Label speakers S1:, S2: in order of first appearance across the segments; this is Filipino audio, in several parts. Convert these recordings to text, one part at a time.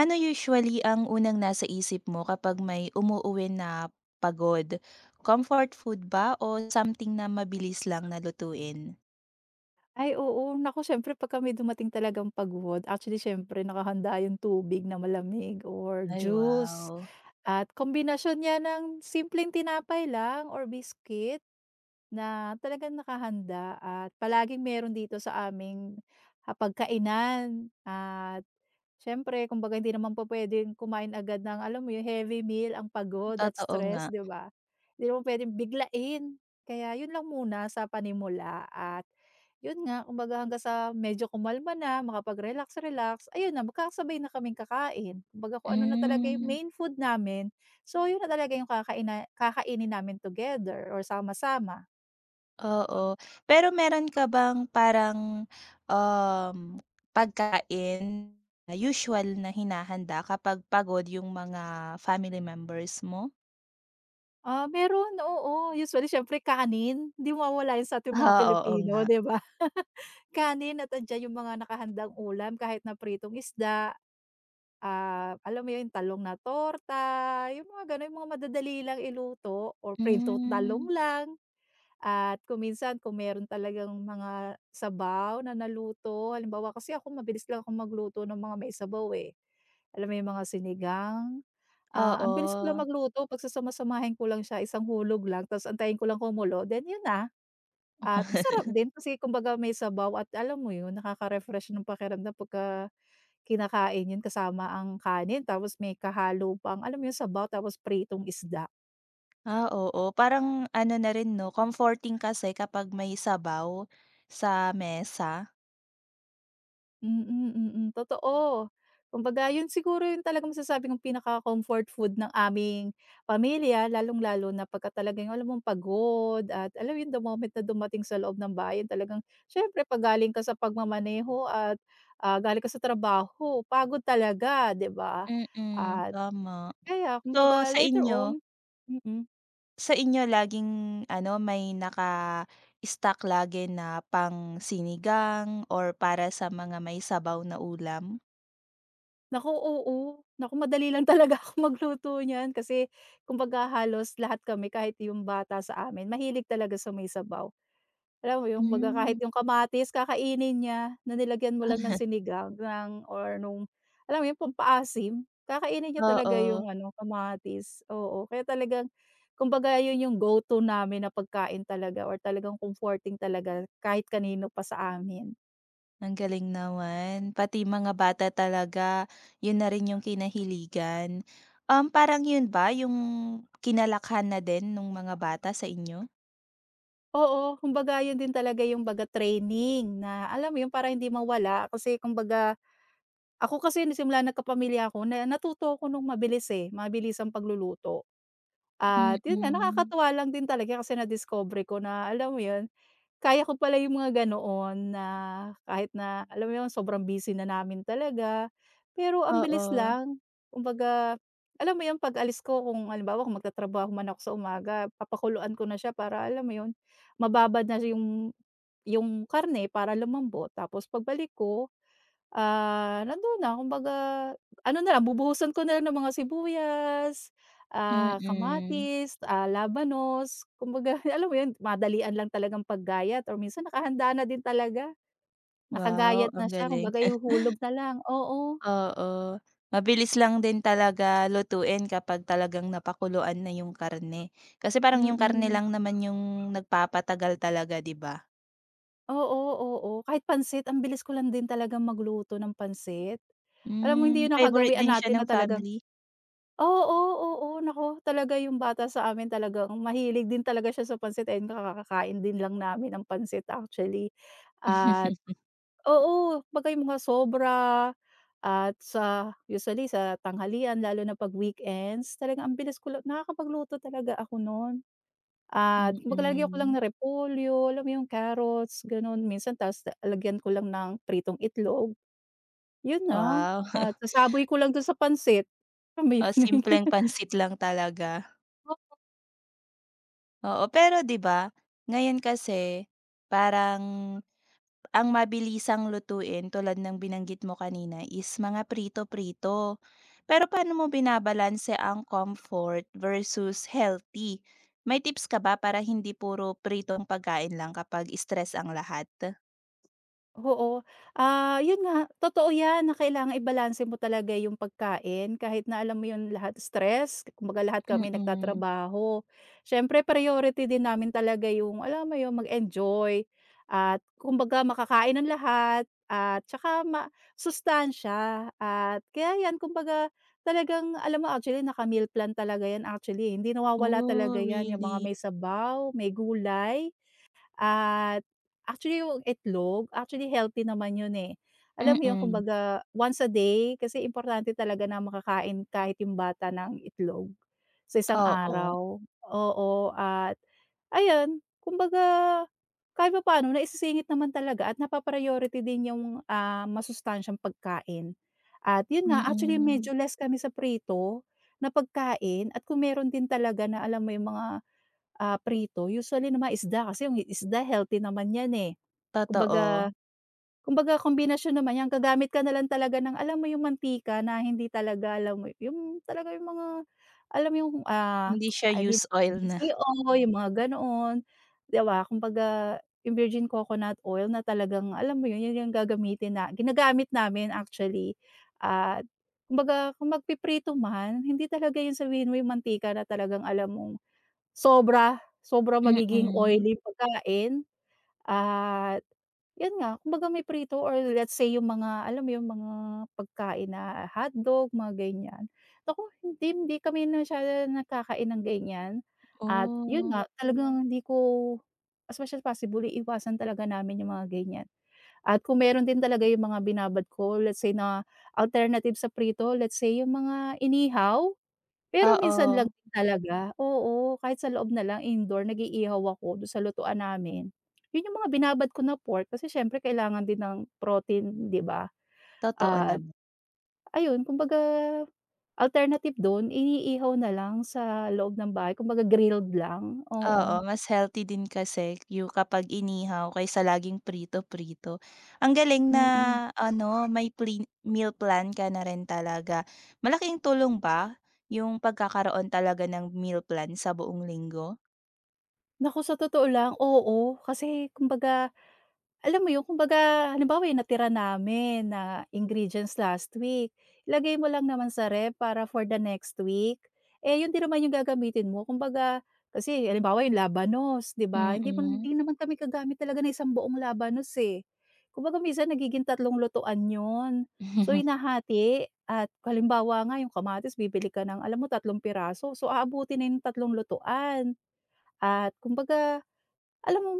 S1: Ano usually ang unang nasa isip mo kapag may umuuwi na pagod? Comfort food ba o something na mabilis lang na lutuin?
S2: Ay oo, naku siyempre pagka may dumating talagang pagod, actually siyempre nakahanda yung tubig na malamig or
S1: Ay,
S2: juice
S1: wow.
S2: at kombinasyon niya ng simpleng tinapay lang or biscuit. Na talagang nakahanda at palaging meron dito sa aming, pagkainan at siyempre kumbaga hindi naman po puwedeng kumain agad ng alam mo 'yun, heavy meal, ang pagod at
S1: Totoo nga.
S2: stress, 'di ba? Hindi naman puwedeng biglain. Kaya 'yun lang muna sa panimula at 'yun nga, kumbaga hanggang sa medyo kumalma na, makapag-relax-relax, ayun na, magkakasabay na kaming kakain. Kumbaga kung ano na talaga yung
S1: Hmm,
S2: main food namin, so 'yun na talaga yung kakainin namin together or sama-sama.
S1: oo. Pero meron ka bang parang, um, pagkain na usual na hinahanda kapag pagod yung mga family members mo?
S2: Ah, meron, oo. Usually siyempre kanin, hindi mawawala yun sa ating mga
S1: Ah, oo
S2: Pilipino,
S1: nga.
S2: 'di ba? Kanin at andiyan yung mga nakahandang ulam kahit na pritong isda, alam mo yun, talong na torta, yung mga gano'n, yung mga madadali lang iluto or pritong talong
S1: Hmm,
S2: lang at kung minsan kung meron talagang mga sabaw na naluto, halimbawa kasi ako mabilis lang ako magluto ng mga may sabaw, eh. Alam mo yung mga sinigang? Ang bilis ko lang
S1: oo.
S2: magluto, pagsasama-samahin ko lang siya, isang hulog lang tapos antayin ko lang kumulo, then yun na. At masarap din kasi kumbaga may sabaw at alam mo yun, nakaka-refresh ng pakiramdam pagka kinakain yun kasama ang kanin tapos may kahalo pang alam mo yung sabaw tapos pritong isda.
S1: Ah, oo. Parang ano na rin 'no, comforting kasi kapag may sabaw sa mesa.
S2: Mm, mm. Mm. Totoo. Kumbaga yun siguro yung talagang masasabi kong pinaka-comfort food ng aming pamilya, lalong-lalo na pagka talagang alam mong pagod at alam mo yun, the moment na dumating sa loob ng bayan, talagang syempre 'pag galing ka sa pagmamaneho at, galing ka sa trabaho pagod talaga, 'di ba?
S1: Mm,
S2: At
S1: tama.
S2: kaya
S1: So,
S2: kumbaga later on mm mm.
S1: sa inyo laging ano, may naka stack lagi na pang-sinigang or para sa mga may sabaw na ulam?
S2: Naku, oo. Naku, madali lang talaga ako magluto niyan kasi kumbaga halos lahat kami kahit yung bata sa amin mahilig talaga sa may sabaw. Alam mo, yung kumbaga kahit
S1: Hmm.
S2: yung kamatis kakainin niya na nilagyan mo lang ng sinigang ng or nung alam mo yung pampaasim, kakainin niya talaga yung
S1: Oo,
S2: ano, kamatis, oo. Kaya talagang kumbaga yun yung go-to namin na pagkain talaga or talagang comforting talaga kahit kanino pa sa amin.
S1: ang galing naman. Pati mga bata talaga, yun na rin yung kinahiligan. Parang yun ba yung kinalakhan na din ng mga bata sa inyo?
S2: Oo, kumbaga yun din talaga yung baga training na alam mo yun, para hindi mawala, kasi kumbaga ako kasi nung simula nagkapamilya ako na natuto ako nung mabilis, eh, mabilis ang pagluluto. At yun nga,
S1: Mm.
S2: nakakatuwa lang din talaga kasi na-discover ko na alam mo yun, kaya ko pala yung mga ganoon na kahit na alam mo yun, sobrang busy na namin talaga, pero ang bilis
S1: Oo.
S2: lang. Kumbaga, alam mo yun, 'pag alis ko kung halimbawa kung magtatrabaho man ako sa umaga, papakuluan ko na siya para alam mo yun, mababad na siya yung karne para lumambot, tapos pagbalik ko. Nando'n na kumbaga ano na lang, bubuhusan ko na lang ng mga sibuyas,
S1: Mm.
S2: kamatis, labanos, kumbaga alam mo 'yun, madalian lang talagang paggayat or minsan nakahanda na din talaga,
S1: Wow,
S2: nakagayat na
S1: ang
S2: siya,
S1: galing.
S2: kumbaga ihuhulog na lang, oo,
S1: Oo. Mabilis lang din talaga lutuin kapag talagang napakuluan na yung karne. Kasi parang yung karne
S2: mm.
S1: lang naman yung nagpapatagal talaga, 'di ba?
S2: Oo, oo, kahit pansit ang bilis ko lang din talagang magluto ng pansit. Alam mo, hindi
S1: Hmm,
S2: 'yun
S1: favorite
S2: nakagawian
S1: din siya
S2: natin
S1: ng
S2: na talagang.
S1: family?
S2: Oo, oo. Naku, talaga yung bata sa amin talagang mahilig din talaga siya sa pansit, and kakakain din lang namin ng pansit actually. At oo, kumbaga yung mga sobra at sa usually sa tanghalian lalo na 'pag weekends talagang ang bilis ko lang nakakapagluto talaga ako noon. At kumbaga ko lang
S1: Mm.
S2: ng repolyo, alam mo yung carrots, gano'n. Minsan ta's lalagyan ko lang ng pritong itlog, yun na.
S1: Wow.
S2: At sasaboy ko lang dun sa pansit, alam mo
S1: Oh,
S2: yun?
S1: simpleng pansit lang talaga. Oo, pero 'di ba, ngayon kasi parang ang mabilisang lutuin tulad ng binanggit mo kanina is mga prito-prito. Pero paano mo binabalanse ang comfort versus healthy? May tips ka ba para hindi puro pritong pagkain lang kapag stress ang lahat?
S2: Oo. Yun nga, totoo 'yan, na kailangang ibalanse mo talaga yung pagkain kahit na alam mo yun, lahat stress, kumbaga lahat kami
S1: Mm.
S2: nagtatrabaho. Siyempre priority din namin talaga yung alam mo yun, mag-enjoy at kumbaga makakain ng lahat at tsaka ma sustansya, at kaya 'yan kumbaga talagang alam mo, actually naka-meal plan talaga 'yan actually, hindi nawawala
S1: Oh,
S2: talaga 'yan, yung mga
S1: really?
S2: may sabaw, may gulay. At actually yung itlog, actually healthy naman yun, eh. Alam mo yun,
S1: Mm.
S2: kumbaga once a day kasi importante talaga na makakain kahit yung bata ng itlog sa isang
S1: Oo.
S2: araw. Oo, at ayun, kumbaga kahit papaano naisisingit naman talaga at napa-priority din yung, masustansyang pagkain. At yun nga, actually
S1: Mm.
S2: medyo less kami sa prito na pagkain at kung meron din talaga na alam mo yung mga prito usually naman isda kasi yung isda healthy naman yan, eh. Kumbaga
S1: Totoo.
S2: kumbaga kombinasyon naman yan, gagamit ka na lang talaga ng alam mo yung mantika na hindi talaga, alam mo yung talaga yung mga alam mo yung,
S1: Hindi siya
S2: I mean
S1: use oil na.
S2: BCO, yung mga ganoon, 'di ba? Kumbaga yung virgin coconut oil na talagang alam mo yun, yun yung gagamitin na ginagamit namin actually, at kumbaga kung magpiprito man hindi talaga yun, sabihin mo yung mantika na talagang alam mo. Sobra, sobrang magiging
S1: Mm.
S2: oily pagkain at 'yun nga, kumbaga may prito or let's say yung mga alam mo yung mga pagkain na hotdog, mga ganyan. Naku, hindi hindi kami masyado nakakain ng ganyan at 'yun
S1: Oh.
S2: nga, talagang hindi ko, as much as possible iiwasan talaga namin yung mga ganyan. At kung meron din talaga yung mga binabad ko, let's say na alternative sa prito, let's say yung mga inihaw. Pero minsan lang
S1: Oo,
S2: din talaga, oo, kahit sa loob na lang indoor nag-iihaw ako do'n sa lutuan namin. 'Yun yung mga binabad ko na pork kasi siyempre kailangan din ng protein, 'di ba?
S1: totoo
S2: At
S1: naman.
S2: ayun, kumbaga alternative do'n iniihaw na lang sa loob ng bahay, kumbaga grilled lang, oo,
S1: Oo, mas healthy din kasi yung kapag inihaw kaysa laging prito-prito. Ang galing na
S2: mm.
S1: ano, may pli meal plan ka na rin talaga. Malaking tulong ba yung pagkakaroon talaga ng meal plan sa buong linggo?
S2: Naku, sa totoo lang, oo, kasi kumbaga alam mo yun, kumbaga halimbawa yung natira namin na ingredients last week, ilagay mo lang naman sa ref para for the next week. Eh, yun din naman yung gagamitin mo, kumbaga kasi halimbawa yung labanos, 'di ba? Hindi mo
S1: Mm.
S2: hindi naman kami kagamit talaga ng isang buong labanos, eh. Kumbaga minsan nagiging tatlong lutuan yun. So, inahati at halimbawa nga yung kamatis bibili ka ng alam mo tatlong piraso, so aabutin na yung tatlong lutuan at kumbaga alam mo,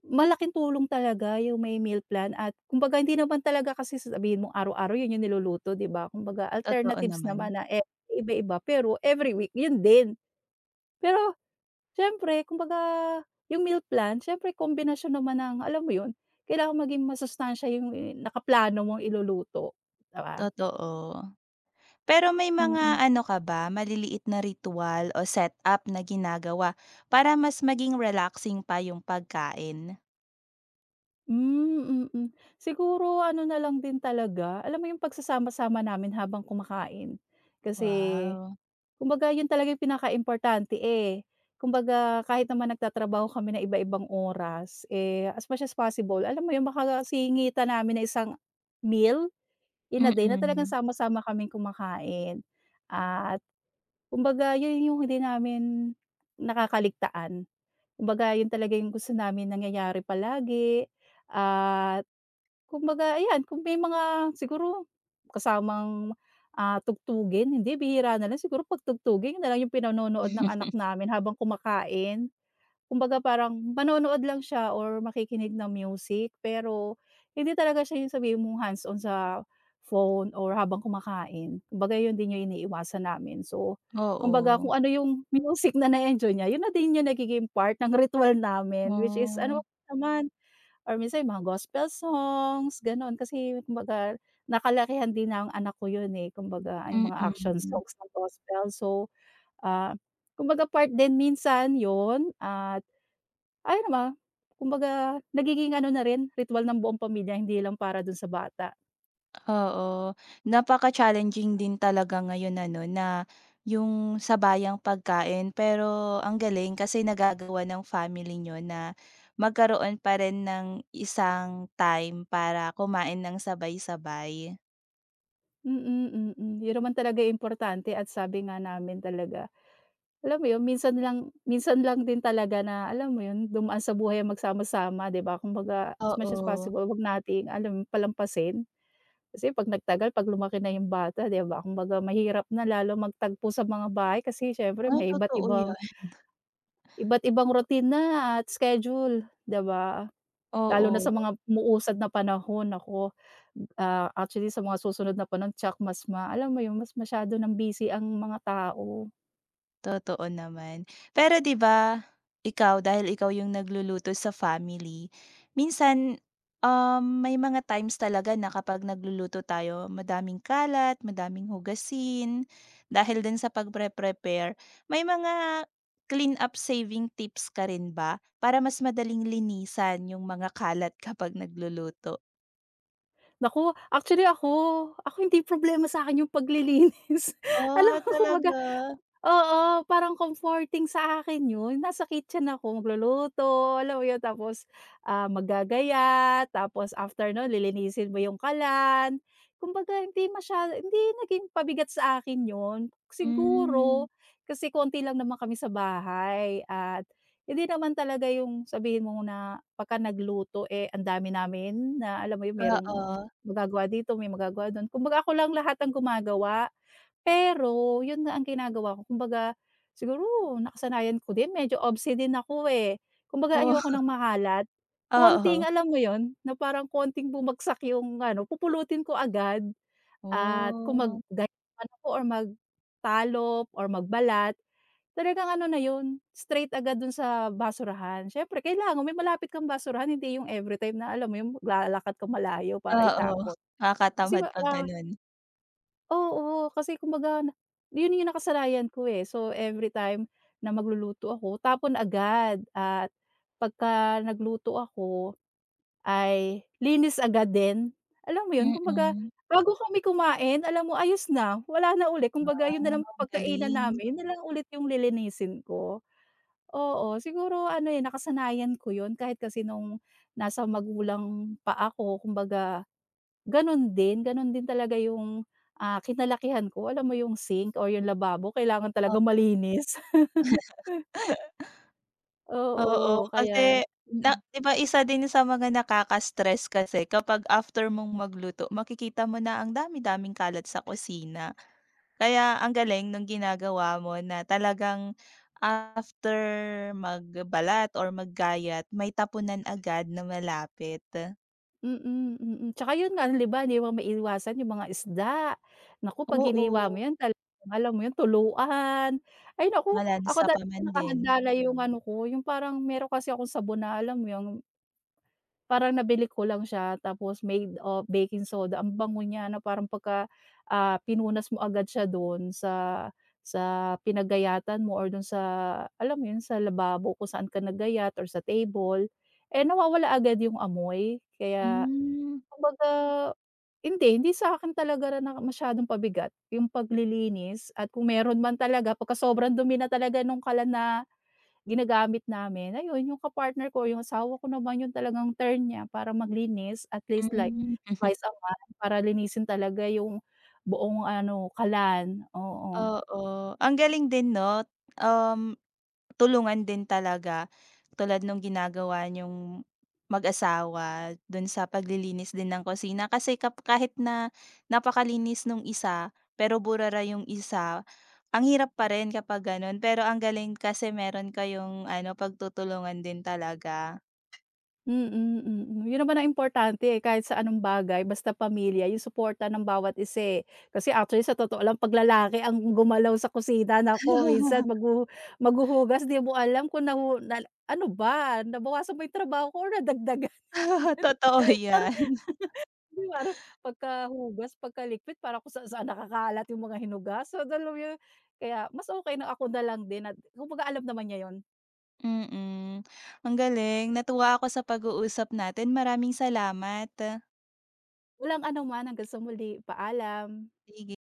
S2: malaking tulong talaga yung may meal plan at kumbaga hindi naman talaga kasi sasabihin mong araw-araw yun yung niluluto, 'di ba? Kumbaga
S1: Totoo
S2: alternatives
S1: naman,
S2: naman na, eh, iba-iba pero every week yun din. Pero siyempre kumbaga yung meal plan siyempre kombinasyon naman ng alam mo yun, kailangan maging masustansiya yung, eh, nakaplano mong iluluto, 'di ba?
S1: totoo. Pero may mga
S2: Mm.
S1: ano ka ba, maliliit na ritual o setup na ginagawa para mas maging relaxing pa yung pagkain?
S2: Hmm, mm. Siguro ano na lang din talaga, alam mo yung pagsasama-sama namin habang kumakain. Kasi
S1: Wow,
S2: kumbaga yun talaga yung importante, eh. Kumbaga kahit naman nagtatrabaho kami ng iba-ibang oras, eh, as much as possible alam mo yun, makasingitan namin ng isang meal in a
S1: mm
S2: day na talagang
S1: mm,
S2: sama-sama kaming kumakain. At kumbaga yun yung hindi namin nakakaligtaan. Kumbaga yun talaga yung gusto namin nangyayari palagi at kumbaga ayan, kung may mga siguro kasamang, tugtugin, hindi bihira na lang siguro 'pag tugtugin yun na lang yung pinanonood ng anak namin habang kumakain. Kumbaga parang manonood lang siya or makikinig ng music, pero hindi talaga siya yung sabihin mong hands-on sa phone or habang kumakain. Kumbaga yun din yung iniiwasan namin. So, kumbaga
S1: oo.
S2: kung ano yung music na na-enjoy niya, yun na din yung nagiging part ng ritual namin, which is ano
S1: Oh,
S2: naman. Or minsan yung mga gospel songs, gano'n. Kasi kumbaga nakalakihan din ng anak ko yun, eh, kumbaga yung mga action
S1: mm.
S2: songs ng gospel. So, ah, kumbaga part din minsan yun at ayun ba, kumbaga nagiging ano na rin, ritwal ng buong pamilya hindi lang para dun sa bata.
S1: Oo, napaka-challenging din talaga ngayon ano na yung sabayang pagkain, pero ang galing kasi nagagawa ng family niyo na magkaroon pa rin ng isang time para kumain ng sabay-sabay.
S2: Mm, mm. Mm. Yun naman talaga yung importante at sabi nga namin talaga, alam mo yun, minsan lang din talaga na alam mo yun, dumaan sa buhay ang magsama-sama, 'di ba? Kumbaga as much as
S1: Oo,
S2: possible 'wag nating alam mo yun, palampasin. Kasi 'pag nagtagal, 'pag lumaki na yung bata, 'di ba, kumbaga mahirap na lalo magtagpo sa mga bahay kasi siyempre
S1: ay
S2: may iba't
S1: totoo
S2: ibang
S1: 'yan,
S2: iba't ibang routine na at schedule, 'di ba? Lalo na
S1: oo.
S2: sa mga umuusad na panahon, naku, actually sa mga susunod na panahon tiyak mas alam mo yun, mas masyado ng busy ang mga tao.
S1: Totoo naman. Pero 'di ba, ikaw dahil ikaw yung nagluluto sa family, minsan, may mga times talaga na kapag nagluluto tayo madaming kalat, madaming hugasin. Dahil din sa pagpre-prepare, may mga clean up saving tips ka rin ba para mas madaling linisan yung mga kalat kapag nagluluto?
S2: Naku, actually ako hindi problema sa'kin yung paglilinis. Alam
S1: Oh,
S2: mo kumbaga.
S1: talaga?
S2: Oo, parang comforting sa akin yun. Nasa kitchen ako magluluto, alam mo yun, tapos, maggagaya, tapos after nun lilinisin mo yung kalan. Kumbaga hindi naging pabigat sa akin yun.
S1: Hmm,
S2: Siguro kasi konti lang naman kami sa bahay at hindi naman talaga yung sabihin mo na pagka nagluto, eh, ang dami namin na alam mo yun, merong
S1: oo.
S2: magagawa dito, may magagawa dun. Kumbaga ako lang lahat ang gumagawa. Pero yun nga ang ginagawa ko, kumbaga siguro nakasanayan ko din, medyo obse din ako, eh. Kumbaga
S1: Oh,
S2: ayoko ng mahalat,
S1: oo.
S2: konting alam mo yon, na parang konting bumagsak yung ano, pupulutin ko agad at kung
S1: Oh.
S2: maggayaman ako or magtalop or magbalat, talagang ano na yun, straight agad dun sa basurahan. Siyempre kailangan may malapit kang basurahan, hindi yung everytime na alam mo yung maglalakad ka malayo para
S1: Oo,
S2: itapon. Kasi
S1: nakakatamad
S2: ma
S1: 'pag
S2: ah
S1: gano'n.
S2: Oo, kasi kumbaga na yun yung nakasanayan ko, eh. So, every time na magluluto ako tapon agad at pagka nagluto ako ay linis agad din. Alam mo yun, kumbaga
S1: Mm.
S2: bago kami kumain alam mo ayos na, wala na ulit. Kumbaga yun na
S1: Wow,
S2: lang
S1: ang
S2: pagkainan
S1: galing.
S2: namin, yun na lang ulit yung lilinisin ko. Oo, siguro ano, eh, nakasanayan ko yun, kahit kasi nung nasa magulang pa ako, kumbaga gano'n din, gano'n din talaga yung, kinalakihan ko. Alam mo yung sink or yung lababo kailangan talaga malinis.
S1: O oo,
S2: Oo, kaya
S1: kasi na
S2: mm,
S1: 'di ba isa din sa mga nakaka-stress kasi kapag after mong magluto makikita mo na ang dami-daming kalat sa kusina. Kaya ang galing nung ginagawa mo na talagang after magbalat or maggayat may tapunan agad na malapit.
S2: mm, mm. Tsaka yun nga, halimbawa hindi mo maiiwasan yung mga isda. Naku, 'pag hiniwa mo
S1: Oo,
S2: yan talagang alam mo yun, tuluan. Ay naku,
S1: wala na
S2: ako
S1: sa
S2: talaga
S1: pamangkin.
S2: nakahanda na yung ano ko, yung parang meron kasi akong sabon na alam mo yung. Parang nabili ko lang siya tapos made of baking soda, ang bango niya, na parang pagka, pinunas mo agad siya dun sa pinagayatan mo or dun sa alam mo yun, sa lababo kung saan ka nagayat or sa table, eh, nawawala agad yung amoy. Kaya
S1: Hmm,
S2: kumbaga hindi sa'kin talaga na masyadong pabigat yung paglilinis at kung meron man talaga pagka sobrang dumi na talaga nung kalan na ginagamit namin, ayun yung ka-partner ko, yung asawa ko naman yun, talagang turn niya para maglinis at least like
S1: hmm.
S2: twice a month para linisin talaga yung buong ano, kalan, oo.
S1: Oo, ang galing din 'no, um, tulungan din talaga tulad nung ginagawa niyong mag-asawa dun sa paglilinis din ng kusina kasi kap kahit na napakalinis nung isa, pero burara yung isa, ang hirap pa rin kapag gano'n. Pero ang galing kasi meron kayong ano, pagtutulungan din talaga.
S2: Mm, mm. Mm. Yun naman ang importante, eh, kahit sa anong bagay basta pamilya yung suporta ng bawat isa, eh. Kasi actually sa totoo lang 'pag ang gumalaw sa kusina naku minsan maghuhugas di mo alam kung na ano ba, nabawasan ba yung trabaho ko or nadagdagan,
S1: Totoo 'yan,
S2: 'di ba, parang pagkahugas, pagkalikpit para kung saan-saan nakakalat yung mga hinugasan, alam mo yun? Kaya mas okey na ako na lang din at kumbaga alam naman niya yun.
S1: mm. Ang galing, natuwa ako sa pag-uusap natin, maraming salamat.
S2: Walang anuman, hanggang sa muli, paalam.
S1: Sige.